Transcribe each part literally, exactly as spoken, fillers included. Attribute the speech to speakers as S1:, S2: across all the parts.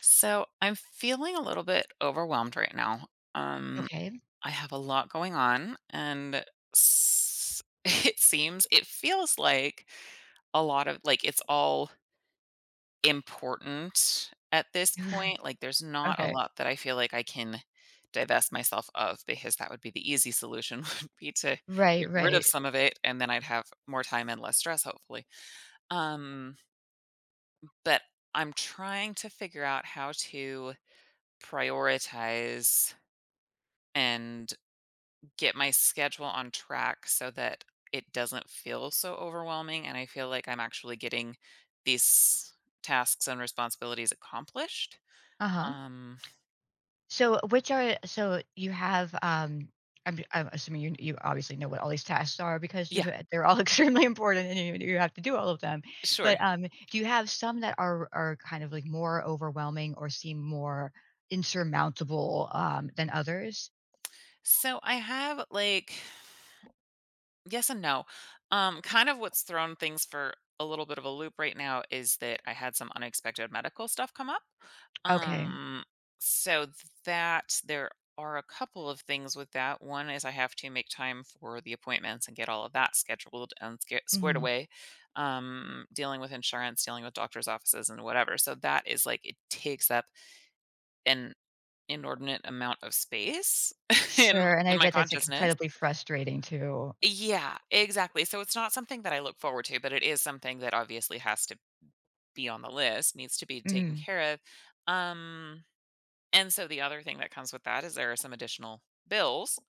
S1: So I'm feeling a little bit overwhelmed right now. Um,
S2: Okay.
S1: I have a lot going on, and s- it seems, it feels like a lot of like it's all important at this point. Like there's not a
S2: Okay.
S1: lot that I feel like I can divest myself of because that would be the easy solution would be to
S2: Right,
S1: get rid of
S2: right.
S1: some of it and then I'd have more time and less stress hopefully. Um but I'm trying to figure out how to prioritize and get my schedule on track so that it doesn't feel so overwhelming and I feel like I'm actually getting these tasks and responsibilities accomplished.
S2: Uh-huh.
S1: Um
S2: So which are so you have um I'm, I'm assuming you you obviously know what all these tasks are because you
S1: yeah,
S2: ha- they're all extremely important and you, you have to do all of them. But
S1: sure.
S2: um do you have some that are are kind of like more overwhelming or seem more insurmountable um than others?
S1: So I have like, yes and no. Um, kind of what's thrown things for a little bit of a loop right now is that I had some unexpected medical stuff come up.
S2: Okay.
S1: Um, so th- that there are a couple of things with that. One is I have to make time for the appointments and get all of that scheduled and sca- squared
S2: Hmm.
S1: away. Um, dealing with insurance, dealing with doctor's offices and whatever. So that is like it takes up an inordinate amount of space in
S2: Sure. And
S1: in
S2: I
S1: my
S2: bet that's like
S1: consciousness.
S2: incredibly frustrating too.
S1: Yeah, exactly. So it's not something that I look forward to, but it is something that obviously has to be on the list, needs to be taken
S2: Hmm.
S1: care of. Um, and so the other thing that comes with that is there are some additional bills.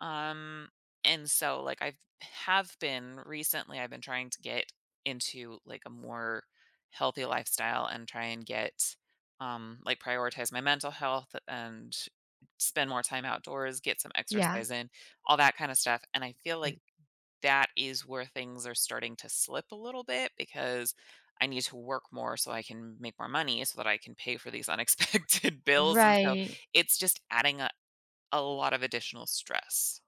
S1: Um, and so like I've have been recently, I've been trying to get into like a more healthy lifestyle and try and get um like prioritize my mental health and spend more time outdoors, get some
S2: Yeah.
S1: exercise in, all that kind of stuff. And I feel like that is where things are starting to slip a little bit because I need to work more so I can make more money so that I can pay for these unexpected bills. And so
S2: Right.
S1: it's just adding a, a lot of additional stress.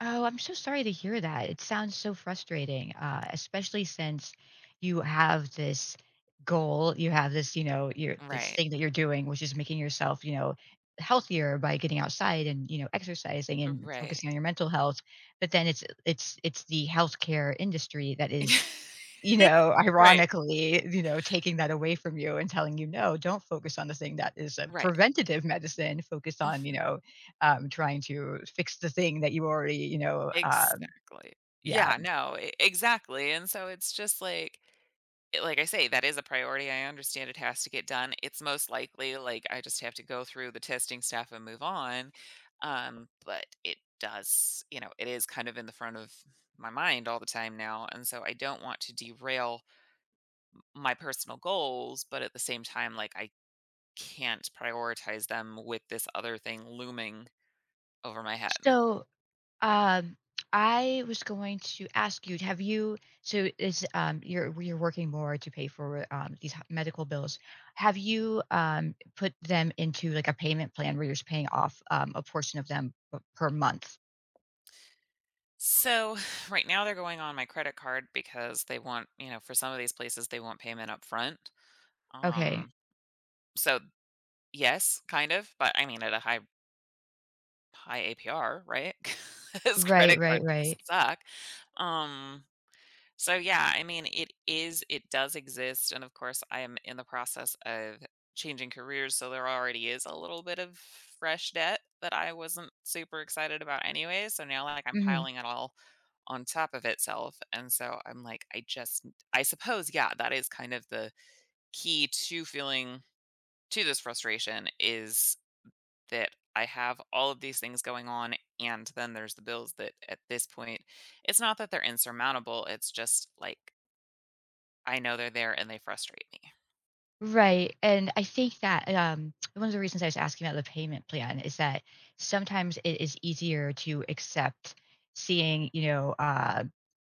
S2: Oh, I'm so sorry to hear that. It sounds so frustrating, uh, especially since you have this goal, you have this, you know, your this
S1: Right.
S2: thing that you're doing, which is making yourself, you know, healthier by getting outside and you know exercising and
S1: Right.
S2: focusing on your mental health. But then it's it's it's the healthcare industry that is, you
S1: It's-
S2: know,
S1: right.
S2: ironically, you know, taking that away from you and telling you, "No, don't focus on the thing that is a
S1: Right.
S2: preventative medicine. Focus on, you
S1: Mhm.
S2: know, um, trying to fix the thing that you already, you know" um,
S1: Exactly.
S2: yeah.
S1: Yeah, no, e- exactly. And so it's just like it- like I say, that is a priority. I understand it has to get done. It's most likely like I just have to go through the testing stuff and move on. Um, but it does, you know, it is kind of in the front of my mind all the time now. And so I don't want to derail my personal goals, but at the same time, like I can't prioritize them with this other thing looming over my head.
S2: So, um, I was going to ask you, have you so is, um, you're you're working more to pay for, um, these h medical bills. Have you, um, put them into, like, a payment plan where you're just paying off, um, a portion of them p per month?
S1: So right now they're going on my credit card because they want, you know, for some of these places they want payment up front.
S2: Okay.
S1: Um, so Yes, kind of, but I mean at a high high A P R, right? Right? 'Cause
S2: Right,
S1: credit
S2: right,
S1: cards
S2: right.
S1: suck. Um, so yeah, I mean, it is, it does exist, and of course, I am in the process of changing careers, so there already is a little bit of fresh debt that I wasn't super excited about anyway, so now, like, I'm
S2: Mhm.
S1: piling it all on top of itself, and so I'm like, I just I suppose, yeah, that is kind of the key to feeling to this frustration is that I have all of these things going on, and then there's the bills that at this point, it's not that they're insurmountable, it's just like I know they're there and they frustrate me.
S2: Right. And I think that um, one of the reasons I was asking about the payment plan is that sometimes it is easier to accept seeing, you know, uh,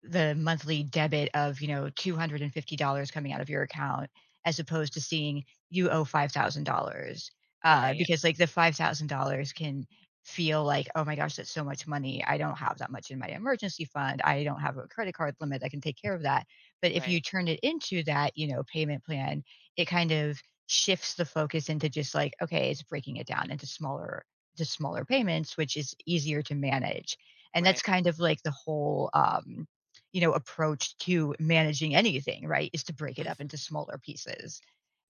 S2: the monthly debit of, you know, two hundred fifty dollars coming out of your account as opposed to seeing you owe five thousand dollars. Uh,
S1: Right,
S2: because like the five thousand dollars can feel like, oh my gosh, that's so much money. I don't have that much in my emergency fund. I don't have a credit card limit that can take care of that. But if
S1: right,
S2: you turn it into that, you know, payment plan, it kind of shifts the focus into just like, okay, it's breaking it down into smaller to smaller payments, which is easier to manage. And that's
S1: right,
S2: kind of like the whole um, you know, approach to managing anything, right, is to break it up
S1: mhm,
S2: into smaller pieces.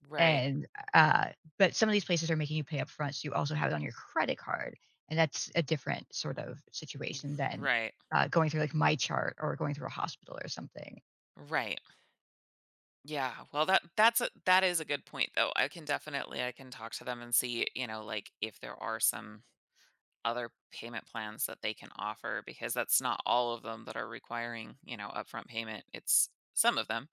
S1: right,
S2: And uh, but some of these places are making you pay up front, so you also have it on your credit card, and that's a different sort of situation than
S1: right,
S2: uh, going through like My Chart or going through a hospital or something.
S1: right. Yeah, well, that that's a that is a good point though. I can definitely I can talk to them and see, you know, like if there are some other payment plans that they can offer because that's not all of them that are requiring, you know, upfront payment. It's some of them.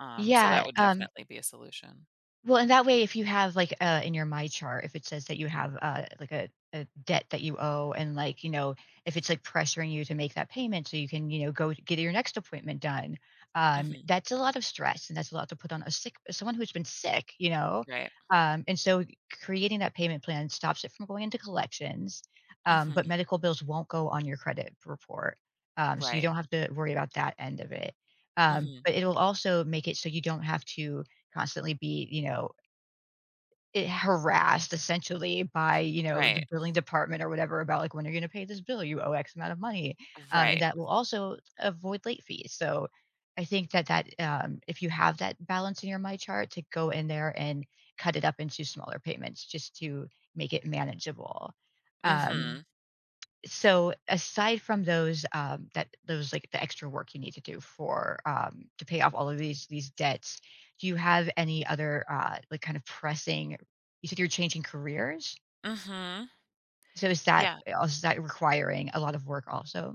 S1: Um, so that
S2: Yeah,
S1: would
S2: um,
S1: definitely be a solution.
S2: well, and that way, if you have like uh, in your My Chart, if it says that you have uh, like a, a debt that you owe, and like you know, if it's like pressuring you to make that payment so you can you know go to get your next appointment done, um,
S1: Mhm,
S2: that's a lot of stress and that's a lot to put on a sick someone who's been sick, you know,
S1: right.
S2: um, and so creating that payment plan stops it from going into collections, um, but
S1: Mhm,
S2: medical bills won't go on your credit report, um, so you
S1: right.
S2: don't have to worry about that end of it. Um,
S1: Mhm,
S2: but it'll also make it so you don't have to constantly be, you know, eh, harassed essentially by, you know, the
S1: right.
S2: billing department or whatever about like, "When are you gonna pay this bill? You owe X amount of money." Um, and
S1: Right.
S2: that will also avoid late fees. So I think that that, um, if you have that balance in your My Chart to go in there and cut it up into smaller payments just to make it manageable. Um,
S1: Mhm,
S2: so aside from those um, that those like the extra work you need to do for um, to pay off all of these these debts, do you have any other uh, like kind of pressing, you said you're changing careers,
S1: mhm.
S2: so is that
S1: Yeah.
S2: also is that requiring a lot of work also?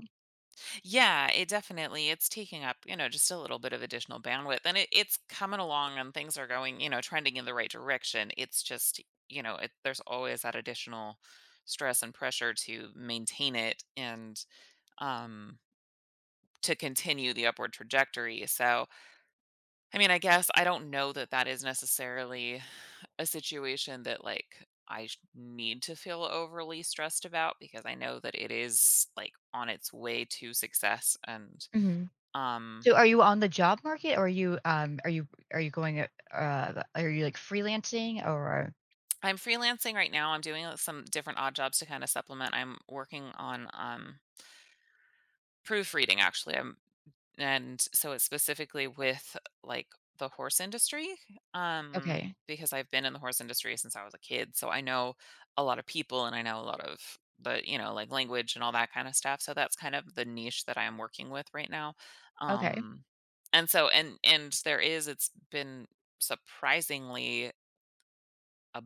S1: Yeah, it definitely it's taking up, you know, just a little bit of additional bandwidth, and it it's coming along and things are going, you know, trending in the right direction. It's just, you know, it there's always that additional stress and pressure to maintain it and, um, to continue the upward trajectory. So I mean, I guess I don't know that that is necessarily a situation that like I sh- need to feel overly stressed about because I know that it is like on its way to success and
S2: Hmm.
S1: um
S2: So are you on the job market or are you um are you, are you going uh uh, are you like freelancing or?
S1: I'm freelancing right now. I'm doing uh, some different odd jobs to kind of supplement. I'm working on um proofreading actually. I'm, and so it's specifically with like the horse industry, um,
S2: Okay.
S1: because I've been in the horse industry since I was a kid. So I know a lot of people and I know a lot of the, you know, like language and all that kind of stuff. So that's kind of the niche that I am working with right now.
S2: Okay.
S1: Um, and so, and, and there is, it's been surprisingly a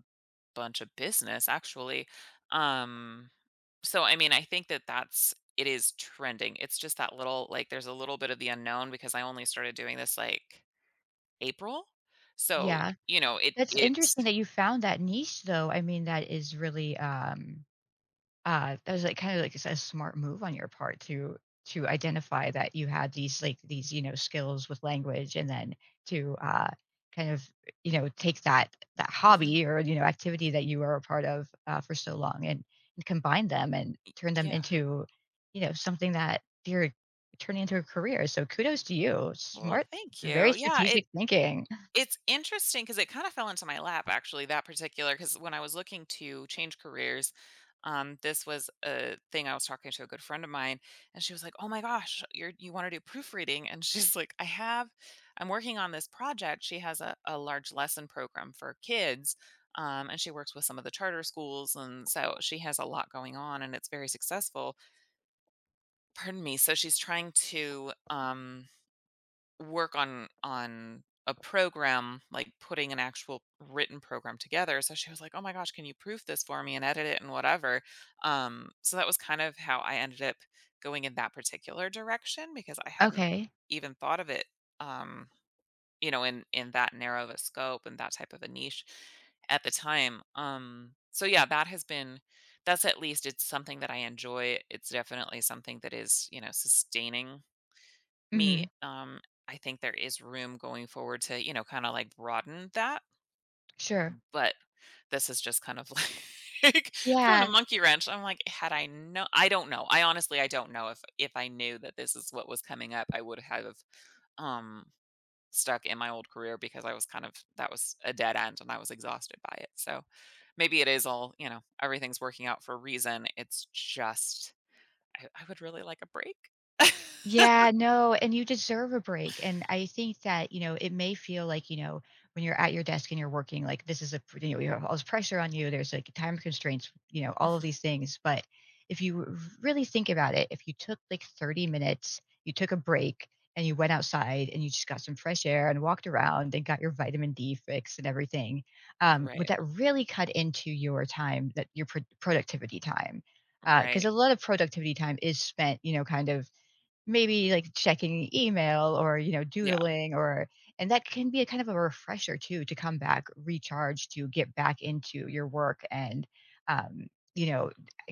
S1: bunch of business actually. Um, so, I mean, I think that that's it is trending. It's just that little like, there's a little bit of the unknown because I only started doing this, like, April. So,
S2: Yeah,
S1: you know, it
S2: that's
S1: it's
S2: interesting that you found that niche though. I mean, that is really um Uh, that was, like, kinda like it's a smart move on your part to to identify that you had these, like, these, you know, skills with language and then to, uh, kind of, you know, take that that
S1: mhm.
S2: hobby or, you know, activity that you were a part of, uh, for so long and and combine them and turn them
S1: Yeah.
S2: into, you know, something that you're turning into a career, so kudos to you.
S1: Well,
S2: Smart,
S1: thank
S2: very
S1: you. Yeah, it,
S2: strategic thinking.
S1: it's interesting because it kinda fell into my lap, actually, that particular, because when I was looking to change careers, um, this was a thing I was talking to a good friend of mine, and she was like, "Oh my gosh, you're you wanna do proofreading?" And she's like, "I have I'm working on this project." She has a a large lesson program for kids, um, and she works with some of the charter schools, and so she has a lot going on, and it's very successful. Pardon me. So she's trying to, um work on on a program, like putting an actual written program together. So she was like, "Oh my gosh, can you proof this for me and edit it and whatever?" Um, so that was kind of how I ended up going in that particular direction because I hadn't
S2: Okay.
S1: even thought of it, um, you know, in in that narrow of a scope and that type of a niche at the time. Um, so yeah, that has been that's at least it's something that I enjoy. It's definitely something that is, you know, sustaining me.
S2: Mhm.
S1: Um, I think there is room going forward to, you know, kind of like broaden that.
S2: Sure.
S1: But this is just kind of like throwing a
S2: Yeah.
S1: monkey wrench. I'm like, had I know, I don't know. I honestly, I don't know if if I knew that this is what was coming up, I would have um stuck in my old career because I was kind of that was a dead end and I was exhausted by it. So maybe it is all you know, everything's working out for a reason. It's just I, I would really like a break.
S2: Yeah, no, and you deserve a break, and I think that, you know, it may feel like, you know, when you're at your desk and you're working, like, this is a pr you know, you have all this pressure on you, there's, like, time constraints, you know, all of
S1: Mhm.
S2: these things, but if you r really think about it, if you took, like, thirty minutes, you took a break, and you went outside, and you just got some fresh air and walked around and got your vitamin D fix and everything, um, would
S1: Right.
S2: that really cut into your time that your pro productivity time? Because
S1: Right.
S2: a lot of productivity time is spent, you know, kind of maybe, like, checking email or, you know,
S1: Yeah.
S2: doodling or, and that can be a kind of a refresher too to come back recharged, to get back into your work and, um, you know,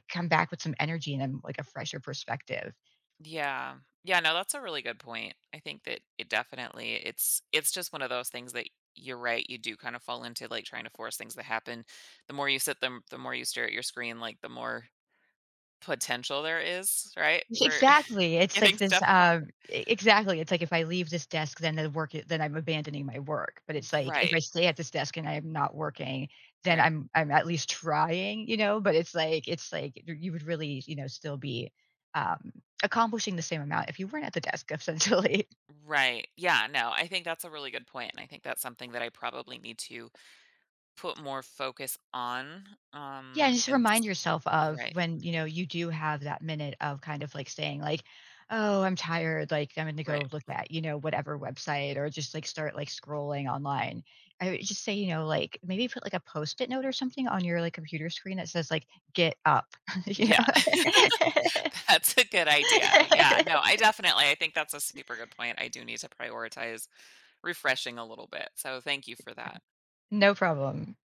S2: come back with some energy and, um, like, a fresher perspective.
S1: Yeah. Yeah, no, that's a really good point. I think that it definitely it's it's just one of those things that you're right, you do kind of fall into like trying to force things to happen. The more you sit them the more you stare at your screen, like the more potential there is, right? For
S2: Exactly. It's like
S1: getting
S2: this,
S1: stuff
S2: um
S1: accomplished.
S2: e exactly. It's like if I leave this desk, then the work i- then I'm abandoning my work. But it's like if I
S1: Right.
S2: stay at this desk and I am not working, then
S1: Right.
S2: I'm I'm at least trying, you know? But it's like it's like y you would really, you know, still be, um, accomplishing the same amount if you weren't at the desk essentially.
S1: Right. Yeah, no, I think that's a really good point, and I think that's something that I probably need to put more focus on.
S2: Yeah,
S1: Um
S2: and just
S1: and s-
S2: remind yourself of
S1: right,
S2: when, you know, you do have that minute of kind of like saying like, "Oh, I'm tired, like I'm gonna
S1: right.
S2: go look at, you know, whatever website or just like start like scrolling online." I would just say, you know, like maybe put like a post-it note or something on your like computer screen that says like, "Get up." You know?
S1: Yeah. That's a good idea. Yeah, no, I definitely I think that's a super good point. I do need to prioritize refreshing a little bit. So thank you for that.
S2: No problem.